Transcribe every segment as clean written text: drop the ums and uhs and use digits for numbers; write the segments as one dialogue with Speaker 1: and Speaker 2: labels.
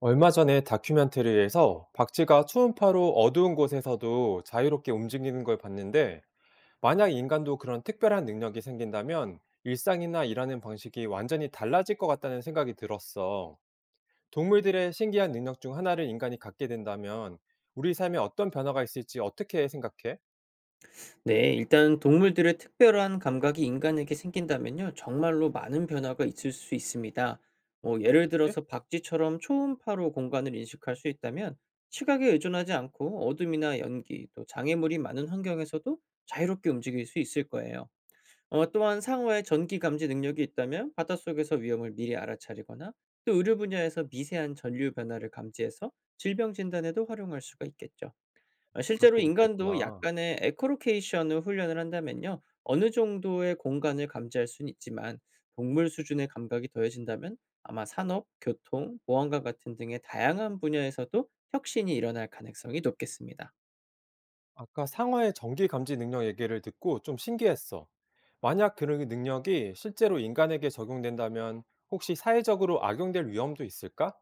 Speaker 1: 얼마 전에 다큐멘터리에서 박쥐가 초음파로 어두운 곳에서도 자유롭게 움직이는 걸 봤는데, 만약 인간도 그런 특별한 능력이 생긴다면 일상이나 일하는 방식이 완전히 달라질 것 같다는 생각이 들었어. 동물들의 신기한 능력 중 하나를 인간이 갖게 된다면 우리 삶에 어떤 변화가 있을지 어떻게 생각해?
Speaker 2: 네, 일단 동물들의 특별한 감각이 인간에게 생긴다면요, 정말로 많은 변화가 있을 수 있습니다. 뭐, 예를
Speaker 1: 그렇겠지?
Speaker 2: 들어서 박쥐처럼 초음파로 공간을 인식할 수 있다면 시각에 의존하지 않고 어둠이나 연기, 또 장애물이 많은 환경에서도 자유롭게 움직일 수 있을 거예요. 또한 상어의 전기 감지 능력이 있다면 바닷속에서 위험을 미리 알아차리거나 또 의료 분야에서 미세한 전류 변화를 감지해서 질병 진단에도 활용할 수가 있겠죠. 아,
Speaker 1: 그럴
Speaker 2: 실제로
Speaker 1: 수도
Speaker 2: 인간도
Speaker 1: 있겠구나.
Speaker 2: 약간의 에코로케이션 을 훈련을 한다면요, 어느 정도의 공간을 감지할 수는 있지만 동물 수준의 감각이 더해진다면 아마 산업, 교통, 보안과 같은 등의 다양한 분야에서도 혁신이 일어날 가능성이 높겠습니다.
Speaker 1: 아까 상어의 전기 감지 능력 얘기를 듣고 좀 신기했어. 만약 그 능력이 실제로 인간에게 적용된다면 혹시 사회적으로 악용될 위험도 있을까?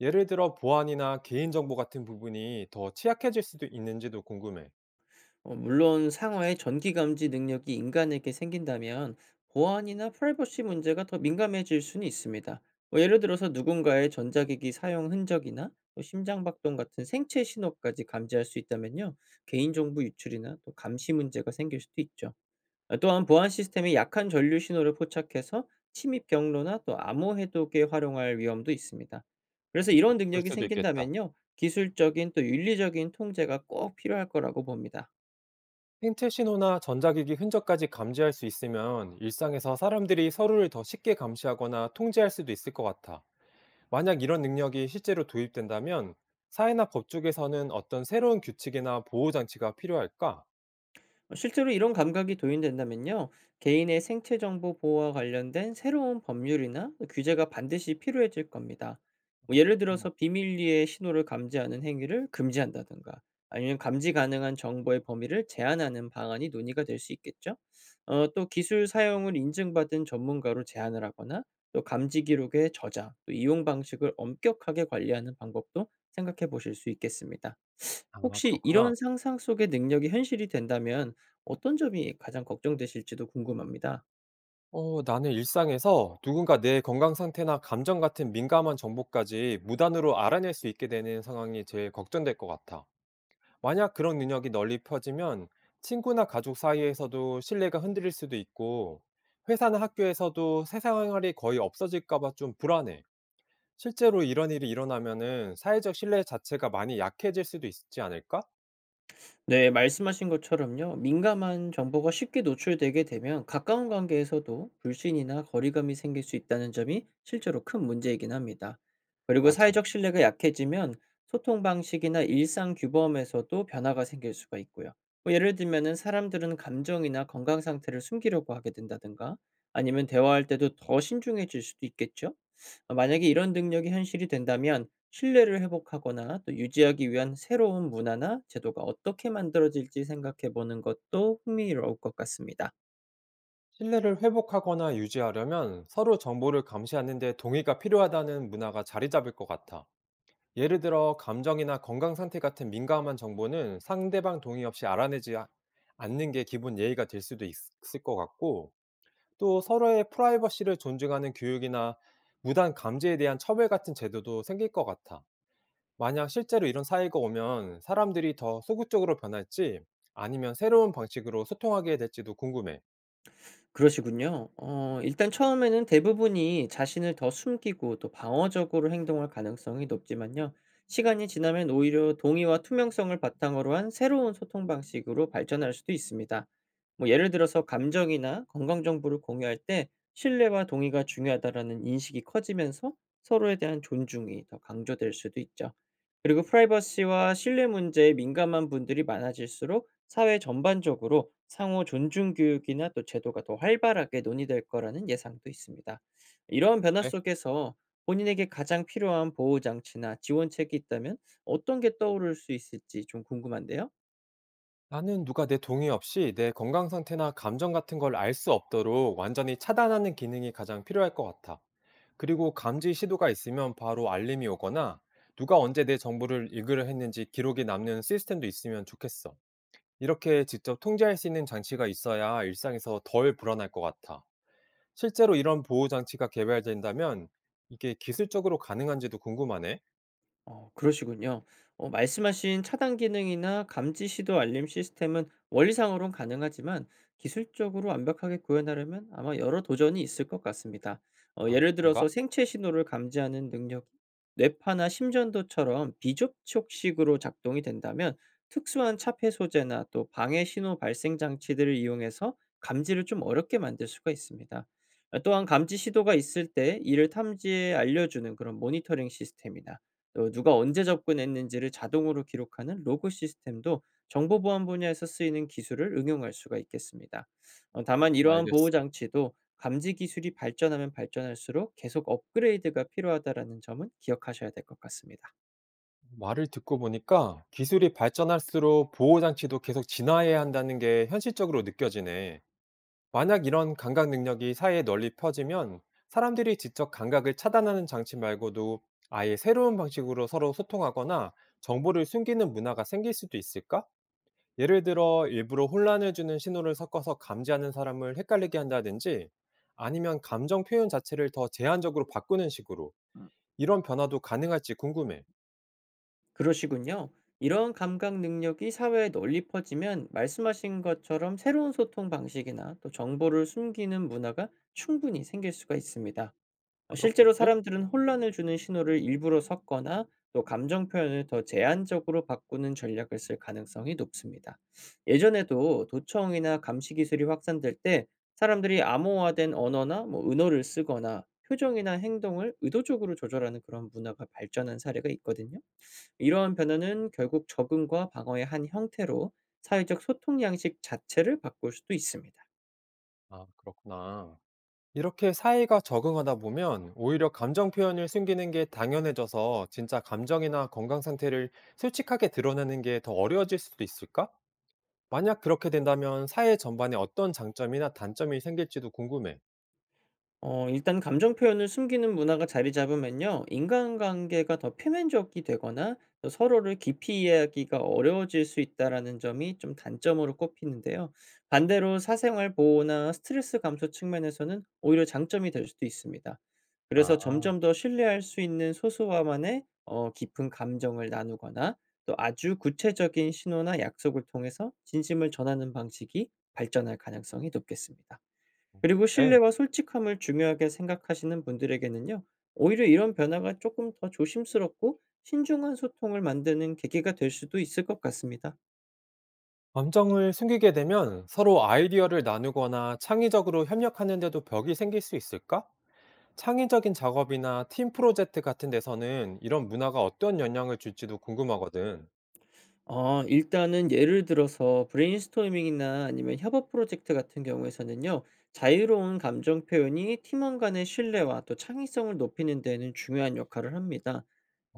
Speaker 1: 예를 들어 보안이나 개인정보 같은 부분이 더 취약해질 수도 있는지도 궁금해.
Speaker 2: 물론 상어의 전기 감지 능력이 인간에게 생긴다면 보안이나 프라이버시 문제가 더 민감해질 수는 있습니다. 뭐, 예를 들어서 누군가의 전자기기 사용 흔적이나 또 심장박동 같은 생체 신호까지 감지할 수 있다면요, 개인정보 유출이나 또 감시 문제가 생길 수도 있죠. 아, 또한 보안 시스템이 약한 전류 신호를 포착해서 침입 경로나 또 암호 해독에 활용할 위험도 있습니다. 그래서
Speaker 1: 진짜
Speaker 2: 이런
Speaker 1: 그럴
Speaker 2: 능력이
Speaker 1: 수도 있겠다.
Speaker 2: 생긴다면요, 기술적인 또 윤리적인 통제가 꼭 필요할 거라고 봅니다.
Speaker 1: 생체 신호나 전자기기 흔적까지 감지할 수 있으면 일상에서 사람들이 서로를 더 쉽게 감시하거나 통제할 수도 있을 것 같아. 만약 이런 능력이 실제로 도입된다면 사회나 법 쪽에서는 어떤 새로운 규칙이나 보호 장치가 필요할까?
Speaker 2: 실제로 이런 감각이 도입된다면요, 개인의 생체 정보 보호와 관련된 새로운 법률이나 규제가 반드시 필요해질 겁니다. 뭐,
Speaker 1: 어,
Speaker 2: 예를
Speaker 1: 어.
Speaker 2: 들어서 비밀리에 신호를 감지하는 행위를 금지한다든가, 아니면 감지 가능한 정보의 범위를 제한하는 방안이 논의가 될 수 있겠죠. 또 기술 사용을 인증받은 전문가로 제한을 하거나, 또 감지 기록의 저장, 또 이용 방식을 엄격하게 관리하는 방법도 생각해 보실 수 있겠습니다.
Speaker 1: 아,
Speaker 2: 혹시
Speaker 1: 그렇구나.
Speaker 2: 이런 상상 속의 능력이 현실이 된다면 어떤 점이 가장 걱정되실지도 궁금합니다.
Speaker 1: 나는 일상에서 누군가 내 건강 상태나 감정 같은 민감한 정보까지 무단으로 알아낼 수 있게 되는 상황이 제일 걱정될 것 같아. 만약 그런 능력이 널리 퍼지면 친구나 가족 사이에서도 신뢰가 흔들릴 수도 있고 회사나 학교에서도 세상활이 거의 없어질까 봐 좀 불안해. 실제로 이런 일이 일어나면은 사회적 신뢰 자체가 많이 약해질 수도 있지 않을까?
Speaker 2: 네, 말씀하신 것처럼요, 민감한 정보가 쉽게 노출되게 되면 가까운 관계에서도 불신이나 거리감이 생길 수 있다는 점이 실제로 큰 문제이긴 합니다. 그리고
Speaker 1: 맞아.
Speaker 2: 사회적 신뢰가 약해지면 소통 방식이나 일상 규범에서도 변화가 생길 수가 있고요. 뭐, 예를 들면은 사람들은 감정이나 건강 상태를 숨기려고 하게 된다든가, 아니면 대화할 때도 더 신중해질 수도 있겠죠. 만약에 이런 능력이 현실이 된다면 신뢰를 회복하거나 또 유지하기 위한 새로운 문화나 제도가 어떻게 만들어질지 생각해 보는 것도 흥미로울 것 같습니다.
Speaker 1: 신뢰를 회복하거나 유지하려면 서로 정보를 감시하는 데 동의가 필요하다는 문화가 자리 잡을 것 같아. 예를 들어 감정이나 건강 상태 같은 민감한 정보는 상대방 동의 없이 않는 게 기본 예의가 있을 것 같고 또 서로의 프라이버시를 존중하는 교육이나 무단 감지에 대한 처벌 같은 제도도 생길 것 같아. 만약 실제로 이런 사회가 오면 사람들이 더 소극적으로 변할지 아니면 새로운 방식으로 소통하게 될지도 궁금해.
Speaker 2: 그러시군요. 일단 처음에는 대부분이 자신을 더 숨기고 또 방어적으로 행동할 가능성이 높지만요, 시간이 지나면 오히려 동의와 투명성을 바탕으로 한 새로운 소통 방식으로 발전할 수도 있습니다. 뭐, 예를 들어서 감정이나 건강 정보를 공유할 때 신뢰와 동의가 중요하다라는 인식이 커지면서 서로에 대한 존중이 더 강조될 수도 있죠. 그리고 프라이버시와 신뢰 문제에 민감한 분들이 많아질수록 사회 전반적으로 상호 존중 교육이나 또 제도가 더 활발하게 논의될 거라는 예상도 있습니다. 이러한 변화
Speaker 1: 네?
Speaker 2: 속에서 본인에게 가장 필요한 보호 장치나 지원책이 있다면 어떤 게 떠오를 수 있을지 좀 궁금한데요.
Speaker 1: 나는 누가 내 동의 없이 내 건강 상태나 감정 같은 걸 알 수 없도록 완전히 차단하는 기능이 가장 필요할 것 같아. 그리고 감지 시도가 있으면 바로 알림이 오거나 누가 언제 내 정보를 읽으려 했는지 기록이 남는 시스템도 있으면 좋겠어. 이렇게 직접 통제할 수 있는 장치가 있어야 일상에서 덜 불안할 것 같아. 실제로 이런 보호 장치가 개발된다면 이게 기술적으로 가능한지도 궁금하네.
Speaker 2: 그러시군요. 말씀하신 차단 기능이나 감지 시도 알림 시스템은 원리상으론 가능하지만 기술적으로 완벽하게 구현하려면 아마 여러 도전이 있을 것 같습니다.
Speaker 1: 아,
Speaker 2: 예를
Speaker 1: 그런가?
Speaker 2: 들어서 생체 신호를 감지하는 능력이 뇌파나 심전도처럼 비접촉식으로 작동이 된다면 특수한 차폐 소재나 또 방해 신호 발생 장치들을 이용해서 감지를 좀 어렵게 만들 수가 있습니다. 또한 감지 시도가 있을 때 이를 탐지에 알려주는 그런 모니터링 시스템이나 또 누가 언제 접근했는지를 자동으로 기록하는 로그 시스템도 정보 보안 분야에서 쓰이는 기술을 응용할 수가 있겠습니다. 다만 이러한 보호
Speaker 1: 알겠어.
Speaker 2: 장치도 감지 기술이 발전하면 발전할수록 계속 업그레이드가 필요하다라는 점은 기억하셔야 될 것 같습니다.
Speaker 1: 말을 듣고 보니까 기술이 발전할수록 보호 장치도 계속 진화해야 한다는 게 현실적으로 느껴지네. 만약 이런 감각 능력이 사회에 널리 퍼지면 사람들이 직접 감각을 차단하는 장치 말고도 아예 새로운 방식으로 서로 소통하거나 정보를 숨기는 문화가 생길 수도 있을까? 예를 들어 일부러 혼란을 주는 신호를 섞어서 감지하는 사람을 헷갈리게 한다든지 아니면 감정 표현 자체를 더 제한적으로 바꾸는 식으로
Speaker 2: 음,
Speaker 1: 이런 변화도 가능할지 궁금해.
Speaker 2: 그러시군요. 이런 감각 능력이 사회에 널리 퍼지면 말씀하신 것처럼 새로운 소통 방식이나 또 정보를 숨기는 문화가 충분히 생길 수가 있습니다. 실제로
Speaker 1: 그렇겠지?
Speaker 2: 사람들은 혼란을 주는 신호를 일부러 섞거나 또 감정 표현을 더 제한적으로 바꾸는 전략을 쓸 가능성이 높습니다. 예전에도 도청이나 감시 기술이 확산될 때 사람들이 암호화된 언어나 뭐 은어를 쓰거나 표정이나 행동을 의도적으로 조절하는 그런 문화가 발전한 사례가 있거든요. 이러한 변화는 결국 적응과 방어의 한 형태로 사회적 소통 양식 자체를 바꿀 수도 있습니다.
Speaker 1: 아, 그렇구나. 이렇게 사회가 적응하다 보면 오히려 감정 표현을 숨기는 게 당연해져서 진짜 감정이나 건강 상태를 솔직하게 드러내는 게 더 어려워질 수도 있을까? 만약 그렇게 된다면 사회 전반에 어떤 장점이나 단점이 생길지도 궁금해.
Speaker 2: 일단 감정 표현을 숨기는 문화가 자리 잡으면요, 인간관계가 더 표면적이 되거나 또 서로를 깊이 이해하기가 어려워질 수 있다라는 점이 좀 단점으로 꼽히는데요. 반대로 사생활 보호나 스트레스 감소 측면에서는 오히려 장점이 될 수도 있습니다. 그래서
Speaker 1: 아,
Speaker 2: 점점 더 신뢰할 수 있는 소수와만의 깊은 감정을 나누거나 또 아주 구체적인 신호나 약속을 통해서 진심을 전하는 방식이 발전할 가능성이 높겠습니다. 그리고
Speaker 1: 그래.
Speaker 2: 신뢰와 솔직함을 중요하게 생각하시는 분들에게는요, 오히려 이런 변화가 조금 더 조심스럽고 신중한 소통을 만드는 계기가 될 수도 있을 것 같습니다.
Speaker 1: 감정을 숨기게 되면 서로 아이디어를 나누거나 창의적으로 협력하는데도 벽이 생길 수 있을까? 창의적인 작업이나 팀 프로젝트 같은 데서는 이런 문화가 어떤 영향을 줄지도 궁금하거든.
Speaker 2: 일단은 예를 들어서 브레인스토밍이나 아니면 협업 프로젝트 같은 경우에서는요, 자유로운 감정 표현이 팀원 간의 신뢰와 또 창의성을 높이는 데는 중요한 역할을 합니다.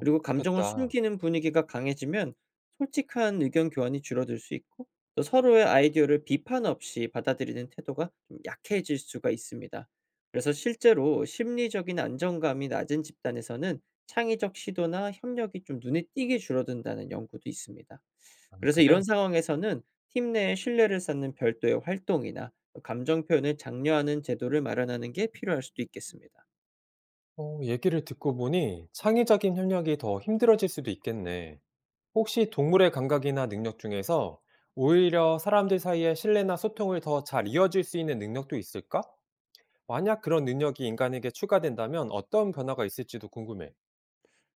Speaker 2: 그리고 감정을
Speaker 1: 그렇겠다.
Speaker 2: 숨기는 분위기가 강해지면 솔직한 의견 교환이 줄어들 수 있고 또 서로의 아이디어를 비판 없이 받아들이는 태도가 좀 약해질 수가 있습니다. 그래서 실제로 심리적인 안정감이 낮은 집단에서는 창의적 시도나 협력이 좀 눈에 띄게 줄어든다는 연구도 있습니다.
Speaker 1: 아,
Speaker 2: 그래서
Speaker 1: 그래?
Speaker 2: 이런 상황에서는 팀 내에 신뢰를 쌓는 별도의 활동이나 감정 표현을 장려하는 제도를 마련하는 게 필요할 수도 있겠습니다.
Speaker 1: 얘기를 듣고 보니 창의적인 협력이 더 힘들어질 수도 있겠네. 혹시 동물의 감각이나 능력 중에서 오히려 사람들 사이의 신뢰나 소통을 더 잘 이어질 수 있는 능력도 있을까? 만약 그런 능력이 인간에게 추가된다면 어떤 변화가 있을지도 궁금해.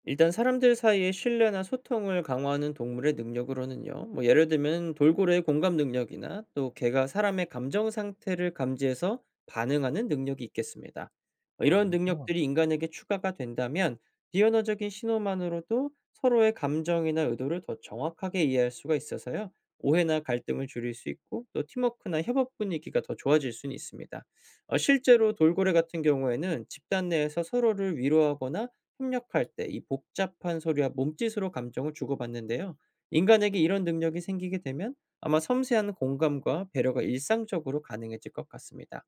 Speaker 2: 일단 사람들 사이의 신뢰나 소통을 강화하는 동물의 능력으로는요, 뭐 예를 들면 돌고래의 공감 능력이나 또 개가 사람의 감정 상태를 감지해서 반응하는 능력이 있겠습니다.
Speaker 1: 아,
Speaker 2: 이런
Speaker 1: 그거
Speaker 2: 능력들이 인간에게 추가가 된다면 비언어적인 신호만으로도 서로의 감정이나 의도를 더 정확하게 이해할 수가 있어서요, 오해나 갈등을 줄일 수 있고 또 팀워크나 협업 분위기가 더 좋아질 수는 있습니다. 실제로 돌고래 같은 경우에는 집단 내에서 서로를 위로하거나 협력할 때 이 복잡한 소리와 몸짓으로 감정을 주고받는데요, 인간에게 이런 능력이 생기게 되면 아마 섬세한 공감과 배려가 일상적으로 가능해질 것 같습니다.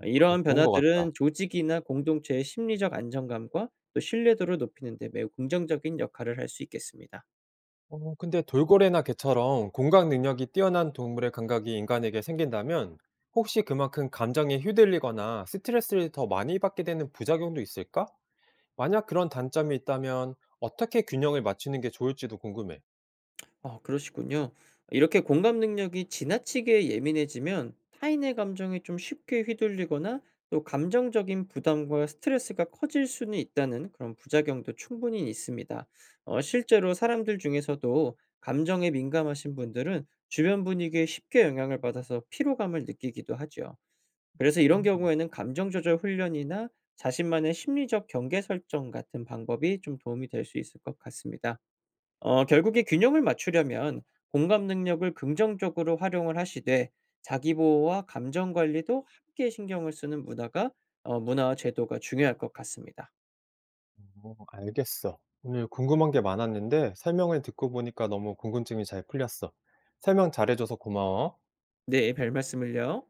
Speaker 2: 이러한
Speaker 1: 좋은 것 같다.
Speaker 2: 변화들은 조직이나 공동체의 심리적 안정감과 또 신뢰도를 높이는 데 매우 긍정적인 역할을 할 수 있겠습니다.
Speaker 1: 어 근데 돌고래나 개처럼 공각 능력이 뛰어난 동물의 감각이 인간에게 생긴다면 혹시 그만큼 감정에 휘둘리거나 스트레스를 더 많이 받게 되는 부작용도 있을까? 만약 그런 단점이 있다면 어떻게 균형을 맞추는 게 좋을지도 궁금해.
Speaker 2: 아, 그러시군요. 이렇게 공감 능력이 지나치게 예민해지면 타인의 감정에 좀 쉽게 휘둘리거나 또 감정적인 부담과 스트레스가 커질 수는 있다는 그런 부작용도 충분히 있습니다. 실제로 사람들 중에서도 감정에 민감하신 분들은 주변 분위기에 쉽게 영향을 받아서 피로감을 느끼기도 하죠. 그래서 이런
Speaker 1: 음.
Speaker 2: 경우에는 감정 조절 훈련이나 자신만의 심리적 경계 설정 같은 방법이 좀 도움이 될 수 있을 것 같습니다. 결국에 균형을 맞추려면 공감 능력을 긍정적으로 활용을 하시되 자기 보호와 감정 관리도 함께 신경을 쓰는 문화와 제도가 중요할 것 같습니다.
Speaker 1: 어 알겠어. 오늘 궁금한 게 많았는데 설명을 듣고 보니까 너무 궁금증이 잘 풀렸어. 설명 잘해줘서 고마워.
Speaker 2: 네, 별 말씀을요.